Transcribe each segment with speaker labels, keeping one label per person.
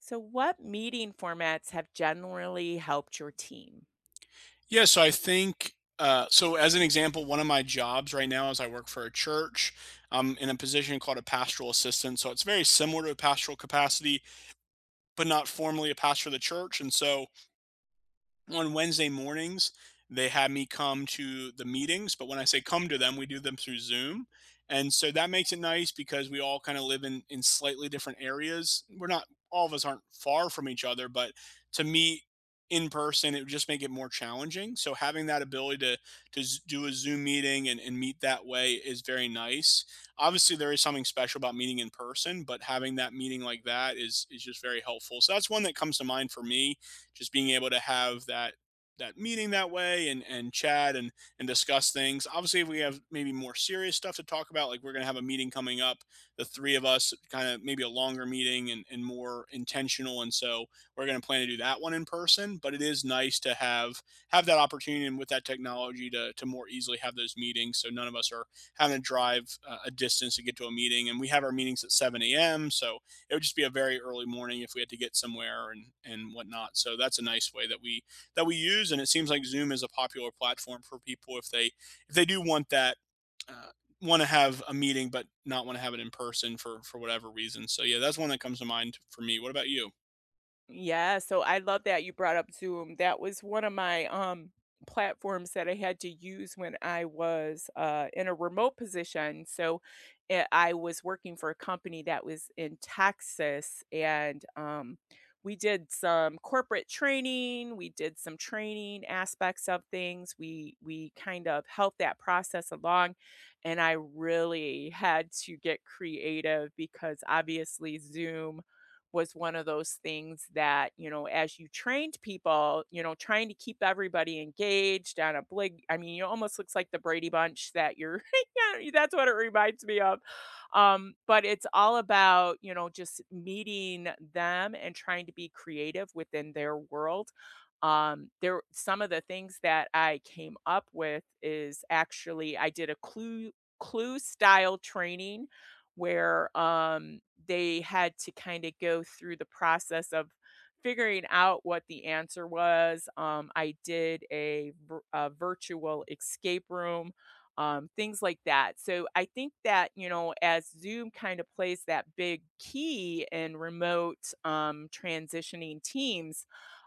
Speaker 1: So, what meeting formats have generally helped your team?
Speaker 2: Yeah, so I think so as an example, one of my jobs right now is I work for a church. I'm in a position called a pastoral assistant, so it's very similar to a pastoral capacity, but not formally a pastor of the church. And so on Wednesday mornings, they have me come to the meetings, but when I say come to them, we do them through Zoom. And so that makes it nice because we all kind of live in slightly different areas. We're not all of us aren't far from each other, but to meet in person, it would just make it more challenging. So having that ability to do a Zoom meeting and meet that way is very nice. Obviously, there is something special about meeting in person, but having that meeting like that is just very helpful. So that's one that comes to mind for me just being able to have that meeting that way and chat and discuss things. Obviously, if we have maybe more serious stuff to talk about, like we're gonna have a meeting coming up, the three of us, kind of maybe a longer meeting and more intentional. And so we're gonna plan to do that one in person. But it is nice to have that opportunity and with that technology to more easily have those meetings. So none of us are having to drive a distance to get to a meeting, and we have our meetings at 7 a.m. So it would just be a very early morning if we had to get somewhere and whatnot. So that's a nice way that we use, and it seems like Zoom is a popular platform for people if they do want that. Uh, want to have a meeting but not want to have it in person for whatever reason, so yeah, that's one that comes to mind for me. What about you?
Speaker 1: Yeah, so I love that you brought up Zoom. That was one of my platforms that I had to use when I was in a remote position. So I was working for a company that was in Texas, and we did some corporate training, we did some training aspects of things. We kind of helped that process along, and I really had to get creative because obviously Zoom was one of those things that, you know, as you trained people, you know, trying to keep everybody engaged on a blig I mean, it almost looks like the Brady Bunch that you're yeah, that's what it reminds me of. But it's all about, you know, just meeting them and trying to be creative within their world. There some of the things that I came up with is actually I did a clue style training where they had to kind of go through the process of figuring out what the answer was. I did a, a virtual escape room, things like that. So I think that, you know, as Zoom kind of plays that big key in remote transitioning teams,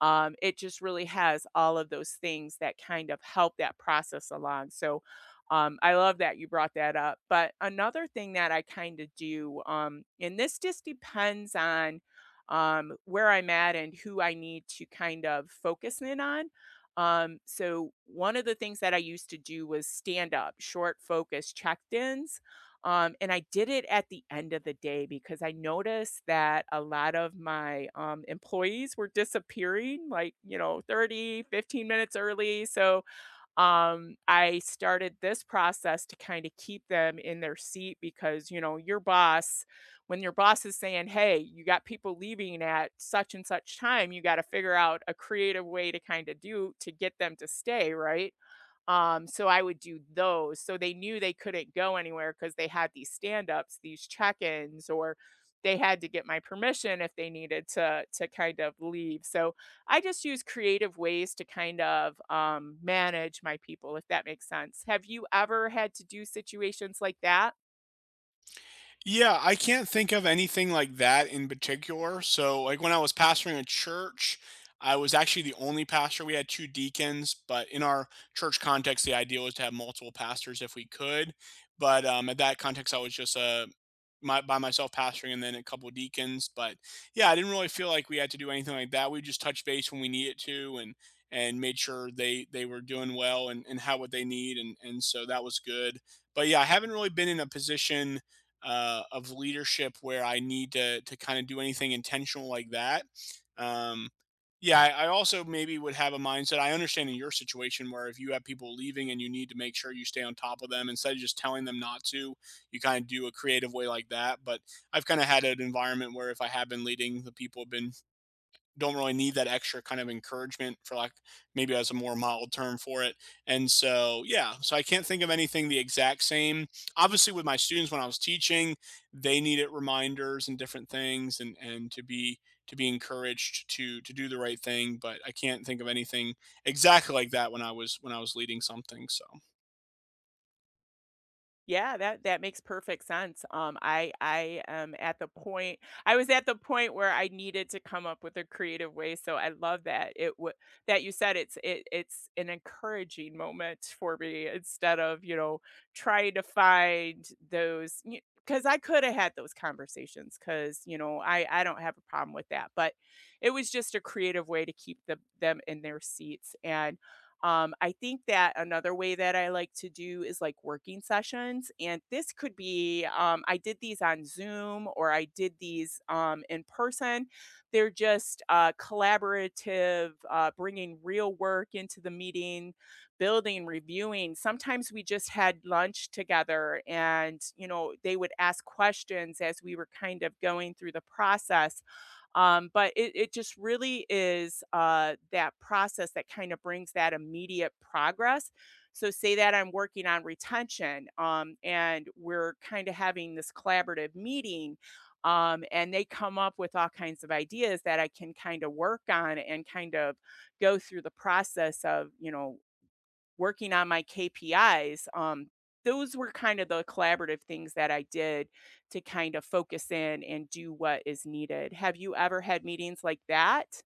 Speaker 1: it just really has all of those things that kind of help that process along. So I love that you brought that up. But another thing that I kind of do, and this just depends on where I'm at and who I need to kind of focus in on. So, one of the things that I used to do was stand up, short focus check ins. And I did it at the end of the day because I noticed that a lot of my employees were disappearing, like, you know, 30, 15 minutes early. So, I started this process to kind of keep them in their seat because, you know, when your boss is saying, hey, you got people leaving at such and such time, you got to figure out a creative way to kind of do to get them to stay, right? So I would do those. So they knew they couldn't go anywhere because they had these stand-ups, these check-ins, or they had to get my permission if they needed to kind of leave. So I just use creative ways to kind of manage my people, if that makes sense. Have you ever had to do situations like that?
Speaker 2: Yeah, I can't think of anything like that in particular. So, like when I was pastoring a church, I was actually the only pastor. We had two deacons, but in our church context, the idea was to have multiple pastors if we could. But at that context, I was just my, by myself pastoring and then a couple deacons. But yeah, I didn't really feel like we had to do anything like that. We just touched base when we needed to and made sure they were doing well and had what they need and so that was good. But yeah, I haven't really been in a position of leadership where I need to kind of do anything intentional like that. Um, yeah, I also maybe would have a mindset. I understand in your situation where if you have people leaving and you need to make sure you stay on top of them instead of just telling them not to, you kind of do a creative way like that. But I've kind of had an environment where if I have been leading, the people have been don't really need that extra kind of encouragement for like maybe as a more mild term for it. And so, yeah, so I can't think of anything the exact same. Obviously with my students when I was teaching, they needed reminders and different things and to be encouraged to do the right thing, but I can't think of anything exactly like that when I was leading something. So
Speaker 1: Yeah, that that makes perfect sense. I am at the point, I was at the point where I needed to come up with a creative way. So I love that it would that you said it's it's an encouraging moment for me instead of, you know, trying to find those, because I could have had those conversations, because, you know, I don't have a problem with that, but it was just a creative way to keep them in their seats. And I think that another way that I like to do is like working sessions. And this could be I did these on Zoom or I did these in person. They're just collaborative, bringing real work into the meeting, building, reviewing. Sometimes we just had lunch together and, you know, they would ask questions as we were kind of going through the process. But it just really is that process that kind of brings that immediate progress. So, say that I'm working on retention and we're kind of having this collaborative meeting, and they come up with all kinds of ideas that I can kind of work on and kind of go through the process of, you know, working on my KPIs. Um, those were kind of the collaborative things that I did to kind of focus in and do what is needed. Have you ever had meetings like that?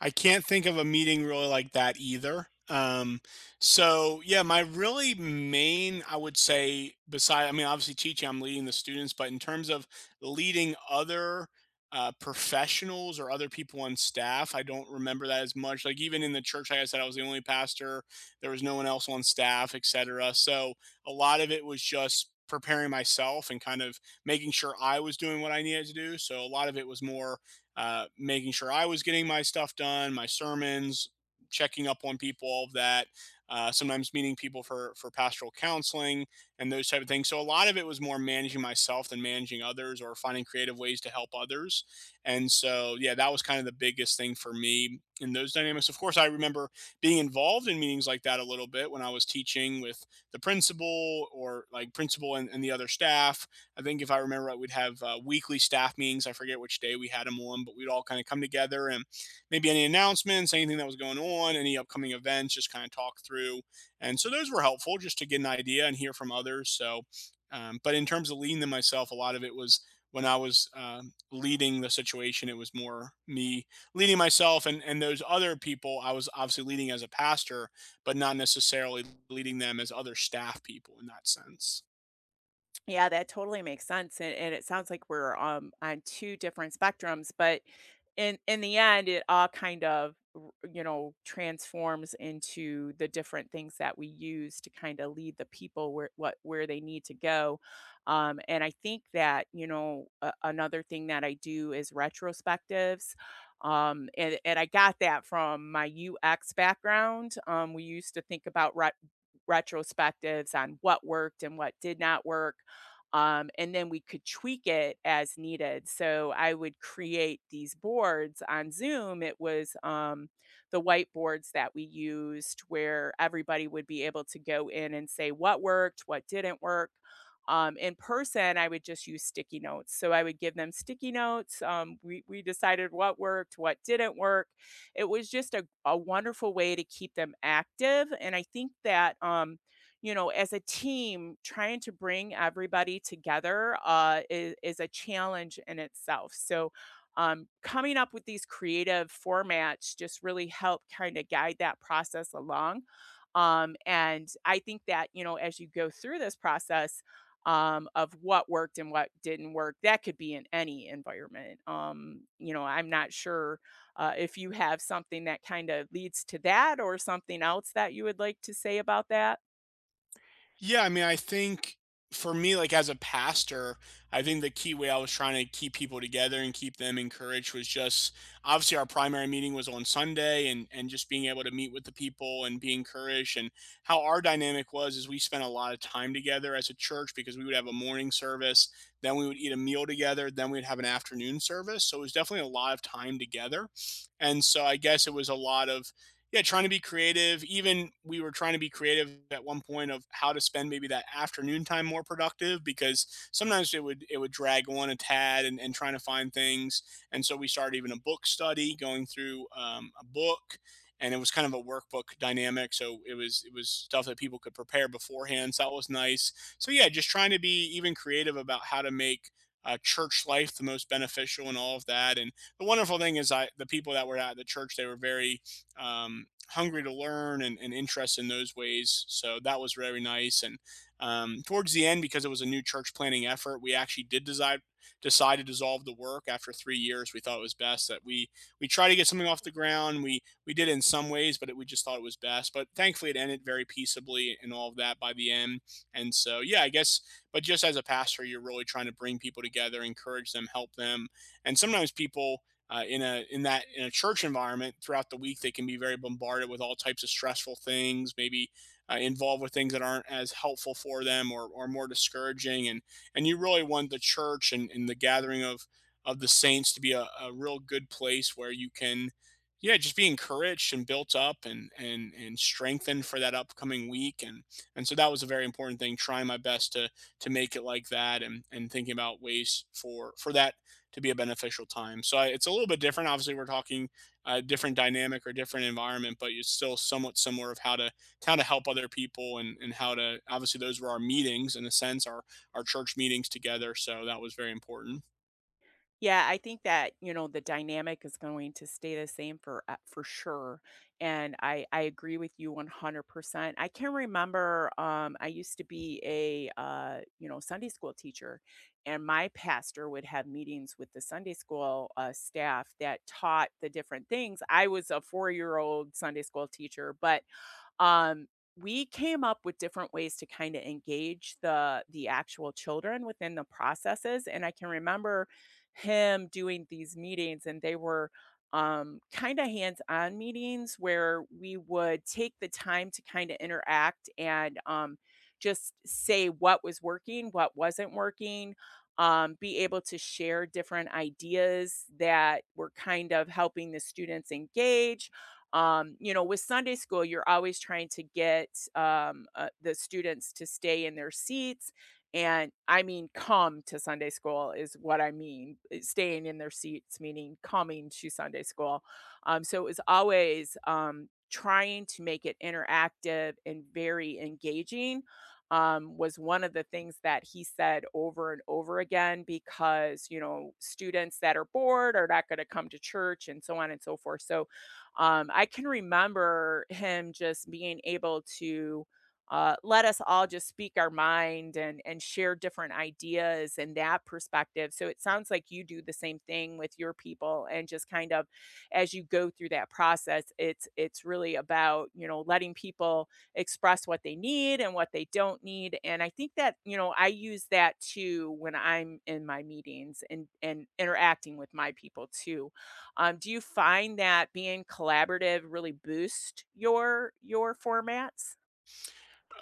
Speaker 2: I can't think of a meeting really like that either. So yeah, my really main, I would say, beside, I mean, obviously teaching, I'm leading the students, but in terms of leading other professionals or other people on staff, I don't remember that as much. Like even in the church, like I said, I was the only pastor. There was no one else on staff, etc. So a lot of it was just preparing myself and kind of making sure I was doing what I needed to do. So a lot of it was more making sure I was getting my stuff done, my sermons, checking up on people, all of that. Sometimes meeting people for pastoral counseling and those type of things. So a lot of it was more managing myself than managing others or finding creative ways to help others. And so yeah, that was kind of the biggest thing for me in those dynamics. Of course, I remember being involved in meetings like that a little bit when I was teaching with the principal or like principal and the other staff. I think if I remember right, we'd have weekly staff meetings. I forget which day we had them on, but we'd all kind of come together and maybe any announcements, anything that was going on, any upcoming events, just kind of talk through. And so those were helpful just to get an idea and hear from others. So, but in terms of leading them myself, a lot of it was when I was leading the situation, it was more me leading myself and those other people. I was obviously leading as a pastor, but not necessarily leading them as other staff people in that sense.
Speaker 1: Yeah, that totally makes sense, and it sounds like we're, on 2 different spectrums, but in the end, it all kind of, r you know, transforms into the different things that we use to kinda lead the people where what where they need to go. Um, and I think that, you know, a another thing that I do is retrospectives, and I got that from my UX background. Um, we used to think about re retrospectives on what worked and what did not work. And then we could tweak it as needed. So I would create these boards on Zoom. It was the whiteboards that we used, where everybody would be able to go in and say what worked, what didn't work. In person, I would just use sticky notes. So I would give them sticky notes. We decided what worked, what didn't work. It was just a wonderful way to keep them active. And I think that, you know, as a team, trying to bring everybody together is a challenge in itself. So, coming up with these creative formats just really help kind of guide that process along. And I think that, you know, as you go through this process, of what worked and what didn't work. That could be in any environment. You know, I'm not sure if you have something that kind of leads to that, or something else that you would like to say about that.
Speaker 2: Yeah, I mean, I think for me, like as a pastor, I think the key way I was trying to keep people together and keep them encouraged was just obviously our primary meeting was on Sunday and just being able to meet with the people and be encouraged. And how our dynamic was is we spent a lot of time together as a church because we would have a morning service, then we would eat a meal together, then we'd have an afternoon service. So it was definitely a lot of time together. And so I guess it was a lot of yeah, trying to be creative. Even we were trying to be creative at one point of how to spend maybe that afternoon time more productive because sometimes it would drag on a tad and trying to find things. And so we started even a book study, going through a book, and it was kind of a workbook dynamic. So it was stuff that people could prepare beforehand. So that was nice. So yeah, just trying to be even creative about how to make. Church life the most beneficial and all of that and the wonderful thing is I the people that were at the church they were very hungry to learn and interest in those ways. So that was very nice. And towards the end, because it was a new church planning effort, we actually did decide to dissolve the work after 3 years. We thought it was best that we try to get something off the ground. We did in some ways, but it, we just thought it was best. But thankfully, it ended very peaceably and all of that by the end. And so yeah, I guess. But just as a pastor, you're really trying to bring people together, encourage them, help them, and sometimes people in a in that in a church environment throughout the week they can be very bombarded with all types of stressful things maybe involved with things that aren't as helpful for them or more discouraging and you really want the church and the gathering of the saints to be a real good place where you can yeah just be encouraged and built up and strengthened for that upcoming week and so that was a very important thing trying my best to make it like that and thinking about ways for that to be a beneficial time. So I, it's a little bit different. Obviously, we're talking a different dynamic or different environment, but it's still somewhat similar of how to help other people and how to obviously those were our meetings in a sense, our church meetings together. So that was very important.
Speaker 1: Yeah, I think that, you know, the dynamic is going to stay the same for sure. And I agree with you 100%. I can remember I used to be a you know, Sunday school teacher, and my pastor would have meetings with the Sunday school staff that taught the different things. I was a 4-year-old Sunday school teacher, but um, we came up with different ways to kind of engage the actual children within the processes. And I can remember him doing these meetings, and they were kind of hands-on meetings where we would take the time to kind of interact, and just say what was working, what wasn't working. Um, be able to share different ideas that were kind of helping the students engage. Um, you know, with Sunday school, you're always trying to get the students to stay in their seats. And I mean, come to Sunday school is what I mean. Staying in their seats, meaning coming to Sunday school. So it was always trying to make it interactive and very engaging. Um, was one of the things that he said over and over again, because, you know, students that are bored are not going to come to church and so on and so forth. So I can remember him just being able to let us all just speak our mind and share different ideas and that perspective. So it sounds like you do the same thing with your people, and just kind of, as you go through that process, it's really about, you know, letting people express what they need and what they don't need. And I think that, you know, I use that too when I'm in my meetings and interacting with my people too. Um, do you find that being collaborative really boost your formats?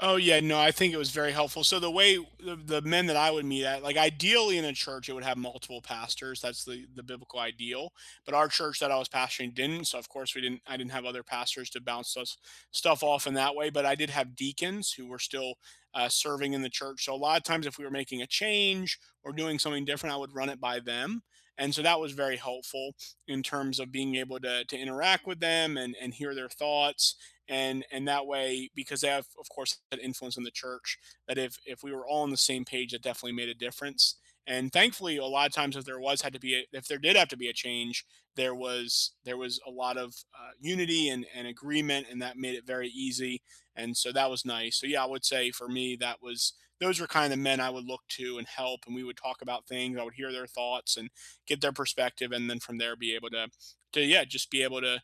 Speaker 2: Oh yeah, no, I think it was very helpful. So the way the men that I would meet at, like ideally in a church, it would have multiple pastors. That's the biblical ideal. But our church that I was pastoring didn't, so of course we didn't. I didn't have other pastors to bounce us stuff off in that way. But I did have deacons who were still serving in the church. So a lot of times, if we were making a change or doing something different, I would run it by them. And so that was very helpful in terms of being able to interact with them and hear their thoughts and that way because they have of course that influence in the church that if we were all on the same page that definitely made a difference and thankfully a lot of times if there was had to be a, if there did have to be a change there was a lot of unity and agreement and that made it very easy and so that was nice so yeah I would say for me that was those were kind of the men I would look to and help and we would talk about things I would hear their thoughts and get their perspective and then from there be able to yeah just be able to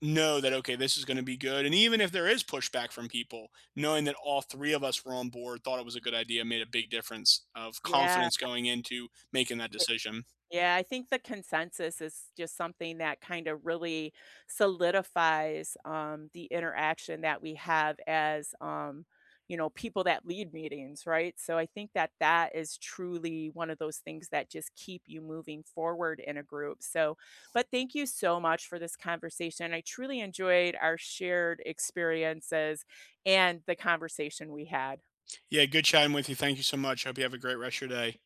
Speaker 2: know that okay, this is going to be good. And even if there is pushback from people, knowing that all three of us were on board, thought it was a good idea, made a big difference of
Speaker 1: Yeah.
Speaker 2: confidence going into making that decision.
Speaker 1: Yeah, I think the consensus is just something that kind of really solidifies the interaction that we have as, you know, people that lead meetings, right? So I think that that is truly one of those things that just keep you moving forward in a group. So, but thank you so much for this conversation. I truly enjoyed our shared experiences and the conversation we had.
Speaker 2: Yeah, good chatting with you. Thank you so much. Hope you have a great rest of your day.